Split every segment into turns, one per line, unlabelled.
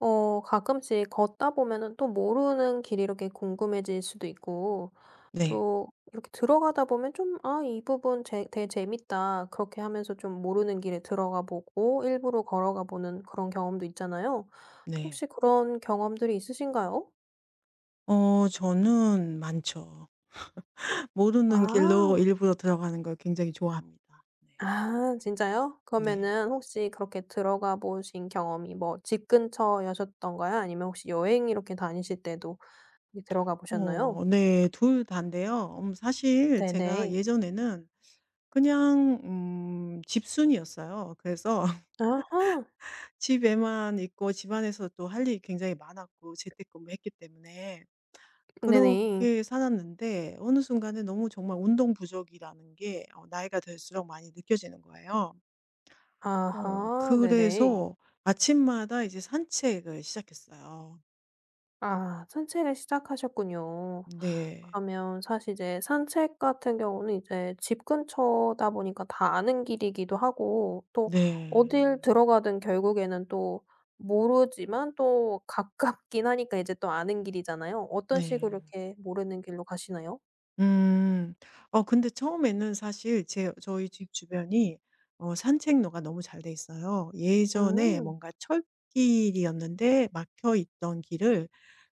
가끔씩 걷다 보면은 또 모르는 길이 이렇게 궁금해질 수도 있고
네.
또 이렇게 들어가다 보면 좀 '아 이 부분 재 되게 재밌다.' 그렇게 하면서 좀 모르는 길에 들어가 보고 일부러 걸어가 보는 그런 경험도 있잖아요.
네.
혹시 그런 경험들이 있으신가요?
저는 많죠. 모르는 길로
아.
일부러 들어가는 걸 굉장히 좋아합니다. 네.
아 진짜요?
네.
그러면은 혹시 그렇게 들어가 보신 경험이 뭐 집 근처여셨던가요? 아니면 혹시 여행 이렇게 다니실 때도 들어가 보셨나요?
네. 둘 다인데요. 사실 제가
네네.
예전에는 그냥 집순이었어요. 그래서
아하.
집에만 있고 집안에서 또 할 일이 굉장히 많았고 재택근무했기 때문에
네네.
그렇게 살았는데, 어느 순간에 너무 정말 운동 부족이라는 게 나이가 들수록 많이 느껴지는 거예요.
아하. 네네.
그래서 아침마다 이제 산책을 시작했어요.
아 산책을 시작하셨군요.
네.
그러면 사실 이제 산책 같은 경우는 이제 집 근처다 보니까 다 아는 길이기도 하고 또 어딜
네.
들어가든 결국에는 또 모르지만 또 가깝긴 하니까 이제 또 아는 길이잖아요. 어떤 식으로
네.
이렇게 모르는 길로 가시나요?
음. 근데 처음에는 사실 제 저희 집 주변이 산책로가 너무 잘 돼 있어요. 예전에
음.
뭔가 철길이었는데, 막혀 있던 길을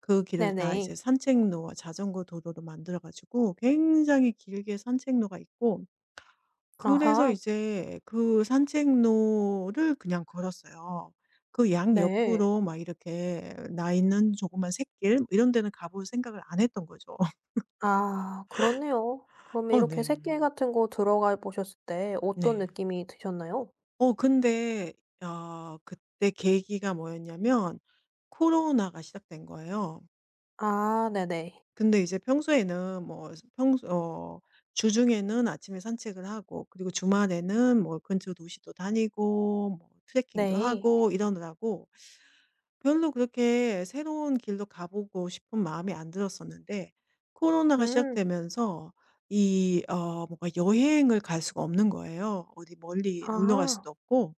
그 길을 다
네네.
이제 산책로와 자전거 도로로 만들어 가지고 굉장히 길게 산책로가 있고, 그래서
아하.
이제 그 산책로를 그냥 걸었어요. 그
네.
양옆으로 막 이렇게 나 있는 조그만 샛길 이런 데는 가볼 생각을 안 했던 거죠.
아 그렇네요. 그러면 이렇게
네.
새길 같은 거 들어가 보셨을 때 어떤
네.
느낌이 드셨나요?
어 근데 어 그때 계기가 뭐였냐면 코로나가 시작된 거예요.
아 네네.
근데 이제 평소에는 뭐 평소 어 주중에는 아침에 산책을 하고, 그리고 주말에는 뭐 근처 도시도 다니고 뭐 트레킹도
네.
하고 이러느라고 별로 그렇게 새로운 길로 가보고 싶은 마음이 안 들었었는데, 코로나가
음.
시작되면서 이 어 뭔가 여행을 갈 수가 없는 거예요. 어디 멀리 놀러 갈
아.
수도 없고.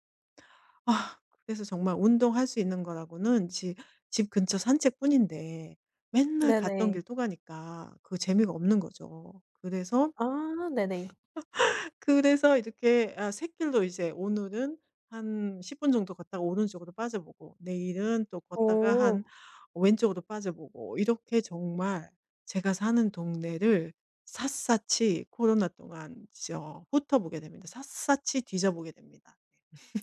아. 그래서 정말 운동할 수 있는 거라고는 지 집 근처 산책뿐인데 맨날 갔던
네네.
길 또 가니까 그 재미가 없는 거죠. 그래서
아 네네.
그래서 이렇게 아 샛길로 이제 오늘은 한 10분 정도 걷다가 오른쪽으로 빠져보고, 내일은 또 걷다가 한
오.
왼쪽으로 빠져보고, 이렇게 정말 제가 사는 동네를 샅샅이 코로나 동안 저 훑어보게 됩니다. 샅샅이 뒤져보게 됩니다.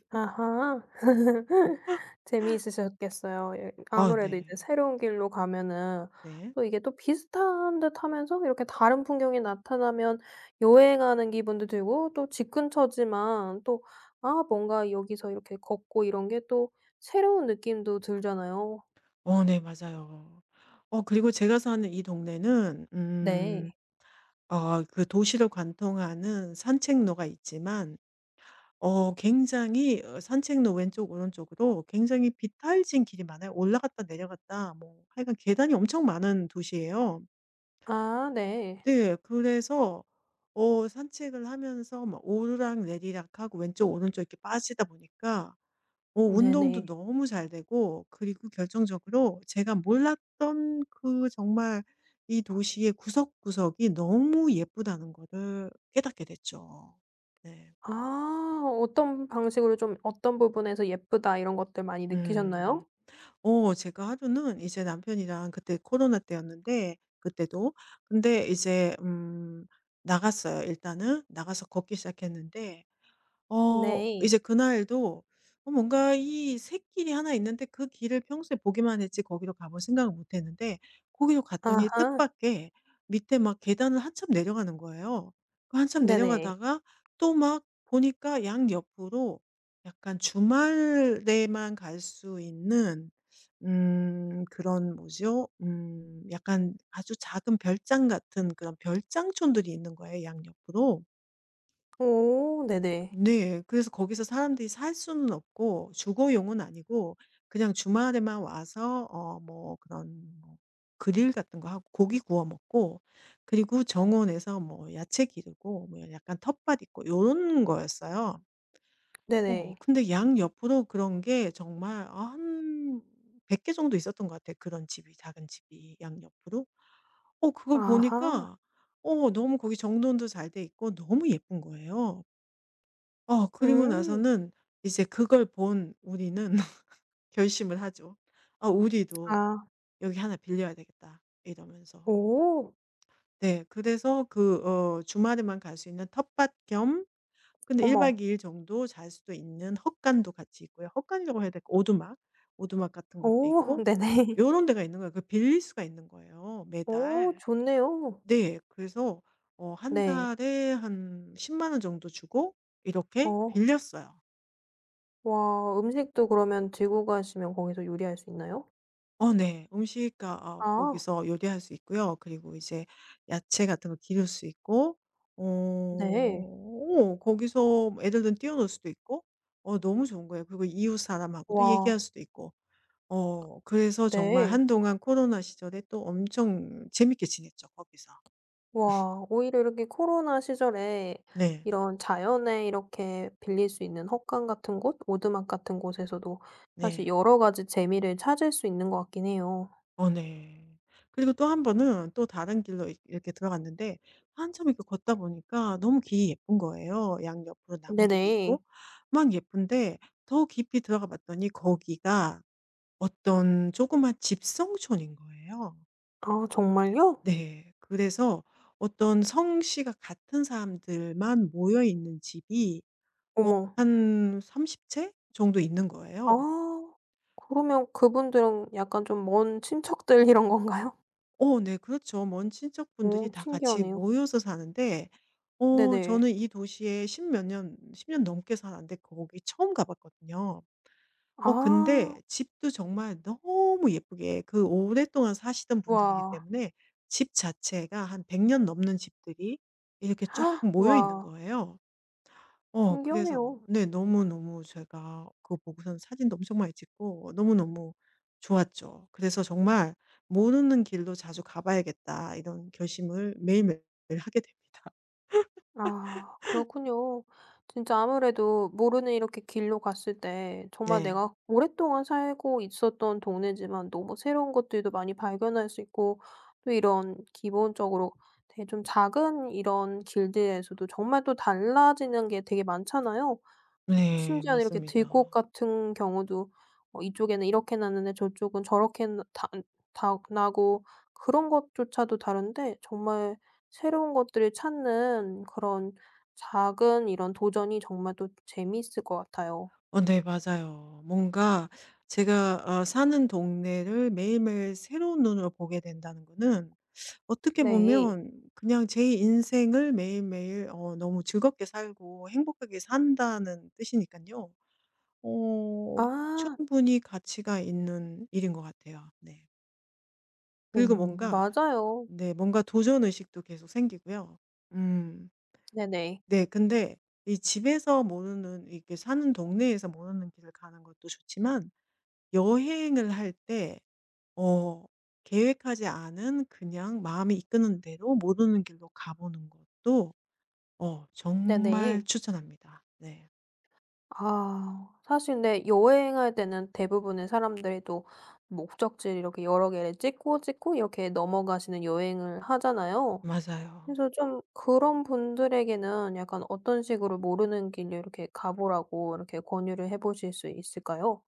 아하. 재미있으셨겠어요. 예
아
아무래도 이제
네.
새로운 길로 가면은
네.
또 이게 또 비슷한 듯하면서 이렇게 다른 풍경이 나타나면 여행하는 기분도 들고 또 집 근처지만 또 아 뭔가 여기서 이렇게 걷고 이런 게 또 새로운 느낌도 들잖아요.
네 맞아요. 그리고 제가 사는 이 동네는
네.
그 도시를 관통하는 산책로가 있지만 어 굉장히 어 산책로 왼쪽 오른쪽으로 굉장히 비탈진 길이 많아요. 올라갔다 내려갔다 뭐 하여간 계단이 엄청 많은 도시예요.
아 네.
네. 그래서 산책을 하면서 막 오르락내리락하고 왼쪽 오른쪽 이렇게 빠지다 보니까 운동도
네네.
너무 잘 되고, 그리고 결정적으로 제가 몰랐던 그 정말 이 도시의 구석구석이 너무 예쁘다는 거를 깨닫게 됐죠. 네.
아 어떤 방식으로 좀 어떤 부분에서 예쁘다 이런 것들 많이
음.
느끼셨나요?
제가 하루는 이제 남편이랑 그때 코로나 때였는데, 그때도 근데 이제 나갔어요 일단은. 나가서 걷기 시작했는데 어
네.
이제 그날도 어 뭔가 이 샛길이 하나 있는데 그 길을 평소에 보기만 했지 거기로 가볼 생각을 못 했는데 거기로 갔더니
아하.
뜻밖의 밑에 막 계단을 한참 내려가는 거예요. 그 한참
네네.
내려가다가 또 막 보니까 양옆으로 약간 주말에만 갈 수 있는 그런 뭐죠? 약간 아주 작은 별장 같은 그런 별장촌들이 있는 거예요, 양옆으로.
오 네네.
네. 그래서 거기서 사람들이 살 수는 없고 주거용은 아니고 그냥 주말에만 와서 어 뭐 그런 뭐 그릴 같은 거 하고 고기 구워 먹고, 그리고 정원에서 뭐 야채 기르고 뭐 약간 텃밭 있고 요런 거였어요.
네네.
근데 양옆으로 그런 게 정말 한 100개 정도 있었던 것 같아요, 그런 집이 작은 집이 양옆으로. 그걸
아하.
보니까 너무 거기 정돈도 잘 돼 있고 너무 예쁜 거예요. 그리고
음.
나서는 이제 그걸 본 우리는 결심을 하죠. '아, 우리도
아.
여기 하나 빌려야 되겠다.' 이러면서.
오.
네. 그래서 주말에만 갈 수 있는 텃밭 겸, 근데 1
어머.
박 2일 정도 잘 수도 있는 헛간도 같이 있고요. 헛간이라고 해야 될까? 오두막, 오두막 같은 것도
오
있고
네네.
요런 데가 있는 거예요. 그 빌릴 수가 있는 거예요
오
매달.
좋네요.
네. 그래서 한
네.
달에 한1 0원 정도 주고 이렇게
어.
빌렸어요.
와 음식도 그러면 들고 가시면 거기서 요리할 수 있나요?
네. 음식가 어,
아.
거기서 요리할 수 있고요. 그리고 이제 야채 같은 거 기를 수 있고
네.
거기서 애들 눈띄어놓을 수도 있고 너무 좋은 거예요. 그리고 이웃 사람하고도 얘기할
와.
수도 있고. 그래서 정말
네.
한동안 코로나 시절에 또 엄청 재밌게 지냈죠 거기서.
와 오히려 이렇게 코로나 시절에
네.
이런 자연에 이렇게 빌릴 수 있는 헛강 같은 곳, 오두막 같은 곳에서도 사실
네.
여러 가지 재미를 찾을 수 있는 것 같긴 해요.
네. 그리고 또 한 번은 또 다른 길로 이 이렇게 들어갔는데 한참 이렇게 걷다 보니까 너무 길이 예쁜 거예요. 양옆으로 나무들이
네네.
있고 막 예쁜데 더 깊이 들어가 봤더니 거기가 어떤 조그만 집성촌인 거예요.
아 정말요?
네. 그래서 어떤 성씨가 같은 사람들만 모여 있는 집이 어
어머.
한 30채 정도 있는
아
거예요.
그러면 그분들은 약간 좀 먼 친척들 이런 건가요?
네. 그렇죠. 먼 친척분들이
오
다 같이
신기하네요.
모여서 사는데
네네.
저는 이 도시에 십몇 년 10년 넘게 살았는데 거기 처음 가 봤거든요. 근데
아.
집도 정말 너무 예쁘게 그 오랫동안 사시던 분들이기
와.
때문에 집 자체가 한 100년 넘는 집들이 이렇게 쫙 모여 있는
와
거예요. 그래서
신기하네요.
네 너무너무 제가 그거 보고선 사진도 엄청 많이 찍고 너무너무 좋았죠. 그래서 정말 '모르는 길로 자주 가 봐야겠다.' 이런 결심을 매일매일 하게 됩니다.
아 그렇군요. 진짜 아무래도 모르는 이렇게 길로 갔을 때 정말
네.
내가 오랫동안 살고 있었던 동네지만 너무 새로운 것들도 많이 발견할 수 있고 또 이런 기본적으로 되게 좀 작은 이런 길들에서도 정말 또 달라지는 게 되게 많잖아요.
네
심지어 이렇게 들꽃
맞습니다.
같은 경우도 이쪽에는 이렇게 났는데 저쪽은 저렇게 나 다 나고 그런 것조차도 다른데 정말 새로운 것들을 찾는 그런 작은 이런 도전이 정말 또 재미있을 것 같아요.
네 맞아요. 뭔가 제가 사는 동네를 매일매일 새로운 눈으로 보게 된다는 거는 어떻게
네.
보면 그냥 제 인생을 매일매일 너무 즐겁게 살고 행복하게 산다는 뜻이니까요. 어
아.
충분히 가치가 있는 일인 것 같아요. 네. 그리고
오
뭔가
맞아요.
네 뭔가 도전 의식도 계속 생기고요. 음.
네네.
네 근데 이 집에서 모르는 이렇게 사는 동네에서 모르는 길을 가는 것도 좋지만, 여행을 할 때 어 계획하지 않은 그냥 마음이 이끄는 대로 모르는 길로 가보는 것도 정말
네네.
추천합니다. 네.
아 사실 근데 여행할 때는 대부분의 사람들이 또 목적지를 이렇게 여러 개를 찍고, 찍고 이렇게 넘어가시는 여행을 하잖아요.
맞아요.
그래서 좀 그런 분들에게는 약간 어떤 식으로 모르는 길로 이렇게 가보라고 이렇게 권유를 해 보실 수 있을까요?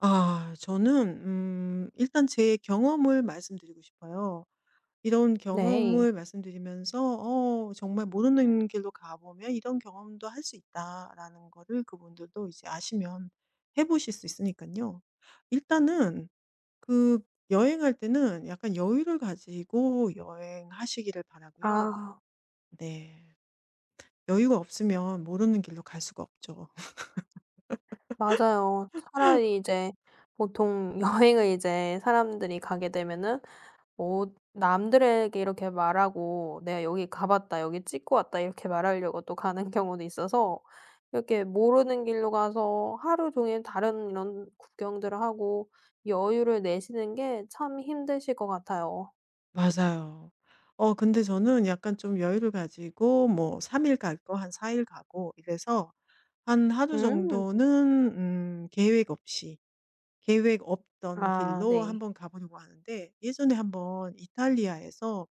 아 저는 일단 제 경험을 말씀드리고 싶어요. 이런
네.
경험을 말씀드리면서 정말 모르는 길로 가 보면 '이런 경험도 할 수 있다.'라는 거를 그분들도 이제 아시면 해 보실 수 있으니까요. 일단은 그 여행할 때는 약간 여유를 가지고 여행하시기를 바라고요.
아
네. 여유가 없으면 모르는 길로 갈 수가 없죠.
맞아요. 차라리 이제 보통 여행을 이제 사람들이 가게 되면은 뭐 남들에게 이렇게 말하고 "내가 여기 가 봤다. 여기 찍고 왔다." 이렇게 말하려고 또 가는 경우도 있어서 이렇게 모르는 길로 가서 하루 종일 다른 이런 구경들을 하고 여유를 내시는 게 참 힘드실 것 같아요.
맞아요. 근데 저는 약간 좀 여유를 가지고 뭐 3 일 갈 거 한 4일 가고 이래서 한 하루
음.
정도는 계획 없이 계획 없던
아
길로
네.
한번 가 보려고 하는데, 예전에 한번 이탈리아에서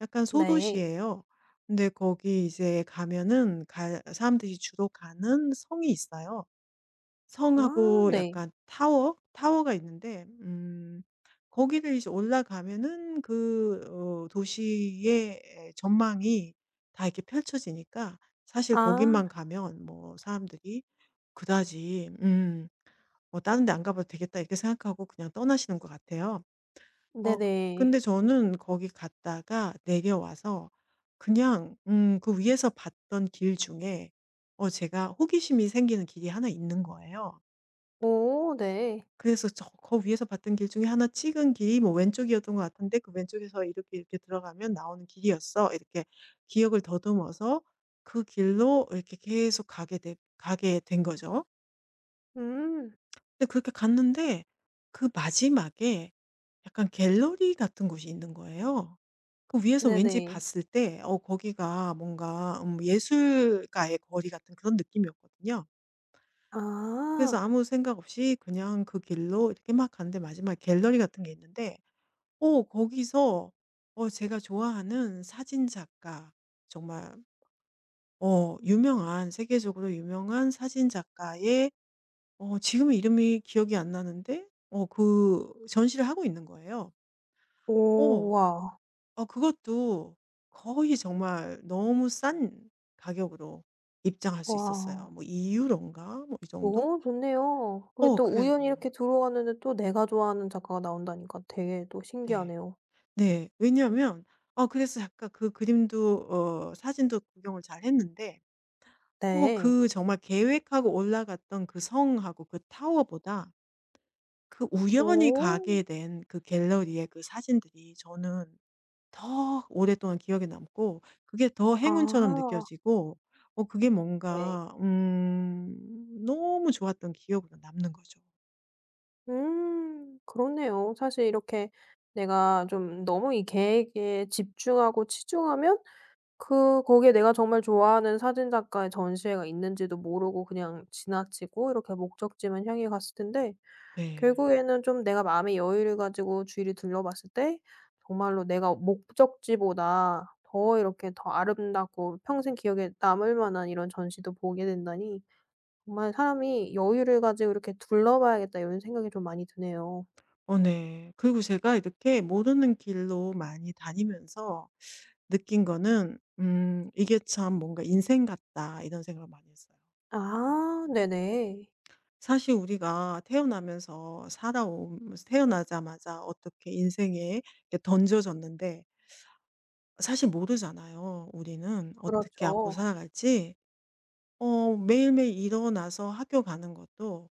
약간
네.
소도시예요. 근데 거기 이제 가면은 가 사람들이 주로 가는 성이 있어요.
아
성하고
네.
약간 타워? 타워가 있는데 거기를 이제 올라가면은 도시의 예 전망이 다 이렇게 펼쳐지니까 사실
아
거기만 가면 뭐 사람들이 그다지 '뭐 다른 데 안 가봐도 되겠다.' 이렇게 생각하고 그냥 떠나시는 것 같아요. 어 근데
네네.
저는 거기 갔다가 내려와서 그냥 그 위에서 봤던 길 중에 제가 호기심이 생기는 길이 하나 있는 거예요.
오 네.
그래서 저 거 위에서 봤던 길 중에 하나 찍은 길이 뭐 왼쪽이었던 것 같은데, 그 왼쪽에서 이렇게 이렇게 들어가면 나오는 길이었어. 이렇게 기억을 더듬어서 그 길로 이렇게 계속 가게 된 거죠.
음.
근데 그렇게 갔는데 그 마지막에 약간 갤러리 같은 곳이 있는 거예요. 그 위에서 왠지
네네.
봤을 때 거기가 뭔가 예술가의 거리 같은 그런 느낌이었거든요. 그래서
아.
아무 생각 없이 그냥 그 길로 이렇게 막 갔는데 마지막에 갤러리 같은 게 있는데 어 거기서 어 제가 좋아하는 사진 작가, 정말 유명한, 세계적으로 유명한 사진 작가의 지금은 이름이 기억이 안 나는데 그 전시를 하고 있는 거예요.
오
어.
와.
그것도 거의 정말 너무 싼 가격으로 입장할 수 있었어요.
와.
뭐 이 유로인가 뭐 이 정도?
너무 좋네요. 그게 또 우연히
그래서
이렇게 들어왔는데 또 내가 좋아하는 작가가 나온다니까 되게 또
네.
신기하네요.
네. 왜냐하면 그래서 약간 그 그림도 사진도 구경을 잘했는데
네.
그 정말 계획하고 올라갔던 그 성하고 그 타워보다 그 우연히
오.
가게 된 그 갤러리의 그 사진들이 저는 더 오랫동안 기억에 남고 그게 더 행운처럼
아
느껴지고 그게
네.
뭔가 너무 좋았던 기억으로 남는 거죠.
음. 그렇네요. 사실 이렇게 내가 좀 너무 이 계획에 집중하고 치중하면 그 거기에 내가 정말 좋아하는 사진 작가의 전시회가 있는지도 모르고 그냥 지나치고 이렇게 목적지만 향해 갔을 텐데
네.
결국에는 좀 내가 마음의 여유를 가지고 주위를 둘러봤을 때 정말로 내가 목적지보다 더 이렇게 더 아름답고 평생 기억에 남을 만한 이런 전시도 보게 된다니 정말 '사람이 여유를 가지고 이렇게 둘러봐야겠다.' 이런 생각이 좀 많이 드네요.
네. 그리고 제가 이렇게 모르는 길로 많이 다니면서 느낀 거는 '이게 참 뭔가 인생 같다.' 이런 생각을 많이 했어요.
아 네네.
사실 우리가 태어나면서 살아온 태어나자마자 어떻게 인생에 이렇게 던져졌는데, 사실 모르잖아요. 우리는 어떻게 앞으로
그렇죠.
살아갈지. 어, 매일매일 일어나서 학교 가는 것도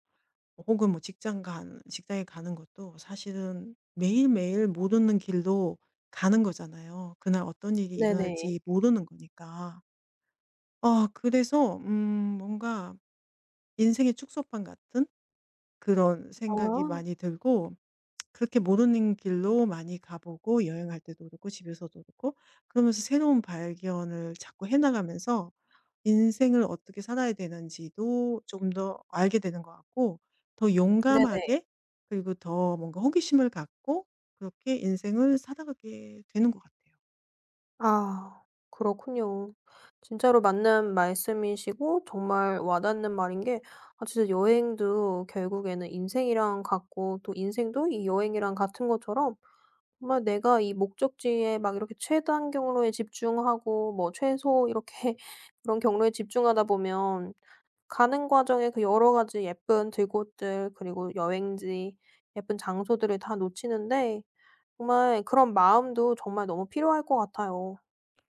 혹은 뭐 직장에 가는 것도 사실은 매일매일 모르는 길로 가는 거잖아요. 그날 어떤 일이
네네.
일어날지 모르는 거니까. 아, 그래서 뭔가 인생의 축소판 같은 그런 생각이
아
많이 들고, 그렇게 모르는 길로 많이 가보고 여행할 때도 그렇고 집에서도 그렇고 그러면서 새로운 발견을 자꾸 해 나가면서 인생을 어떻게 살아야 되는지도 조금 더 알게 되는 것 같고, 더
네네.
용감하게 그리고 더 뭔가 호기심을 갖고 그렇게 인생을 살아가게 되는 것 같아요.
아 그렇군요. 진짜로 맞는 말씀이시고 정말 와닿는 말인 게 아 진짜 여행도 결국에는 인생이랑 같고 또 인생도 이 여행이랑 같은 것처럼 정말 내가 이 목적지에 막 이렇게 최단 경로에 집중하고 뭐 최소 이렇게 그런 경로에 집중하다 보면 가는 과정에 그 여러 가지 예쁜 들꽃들 그리고 여행지 예쁜 장소들을 다 놓치는데 정말 그런 마음도 정말 너무 필요할 것 같아요.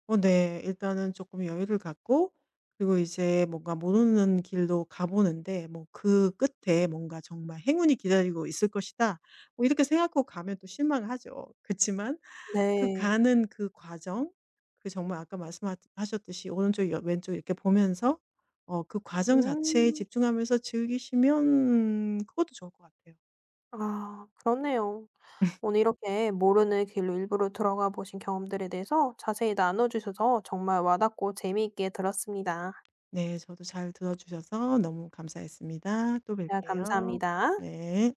네. 일단은 조금 여유를 갖고, 그리고 이제 뭔가 모르는 길로 가 보는데 뭐 '그 끝에 뭔가 정말 행운이 기다리고 있을 것이다.' 뭐 이렇게 생각하고 가면 또 실망 하죠. 그렇지만 그
네.
가는 그 과정, 그 정말 아까 말씀하 하셨듯이 오른쪽 여 왼쪽 이렇게 보면서 그 과정 자체에
음.
집중하면서 즐기시면 그것도 좋을 것 같아요.
아 그렇네요. 오늘 이렇게 모르는 길로 일부러 들어가 보신 경험들에 대해서 자세히 나눠 주셔서 정말 와닿고 재미있게 들었습니다.
네. 저도 잘 들어 주셔서 너무 감사했습니다. 또
네,
뵐게요.
감사합니다.
네.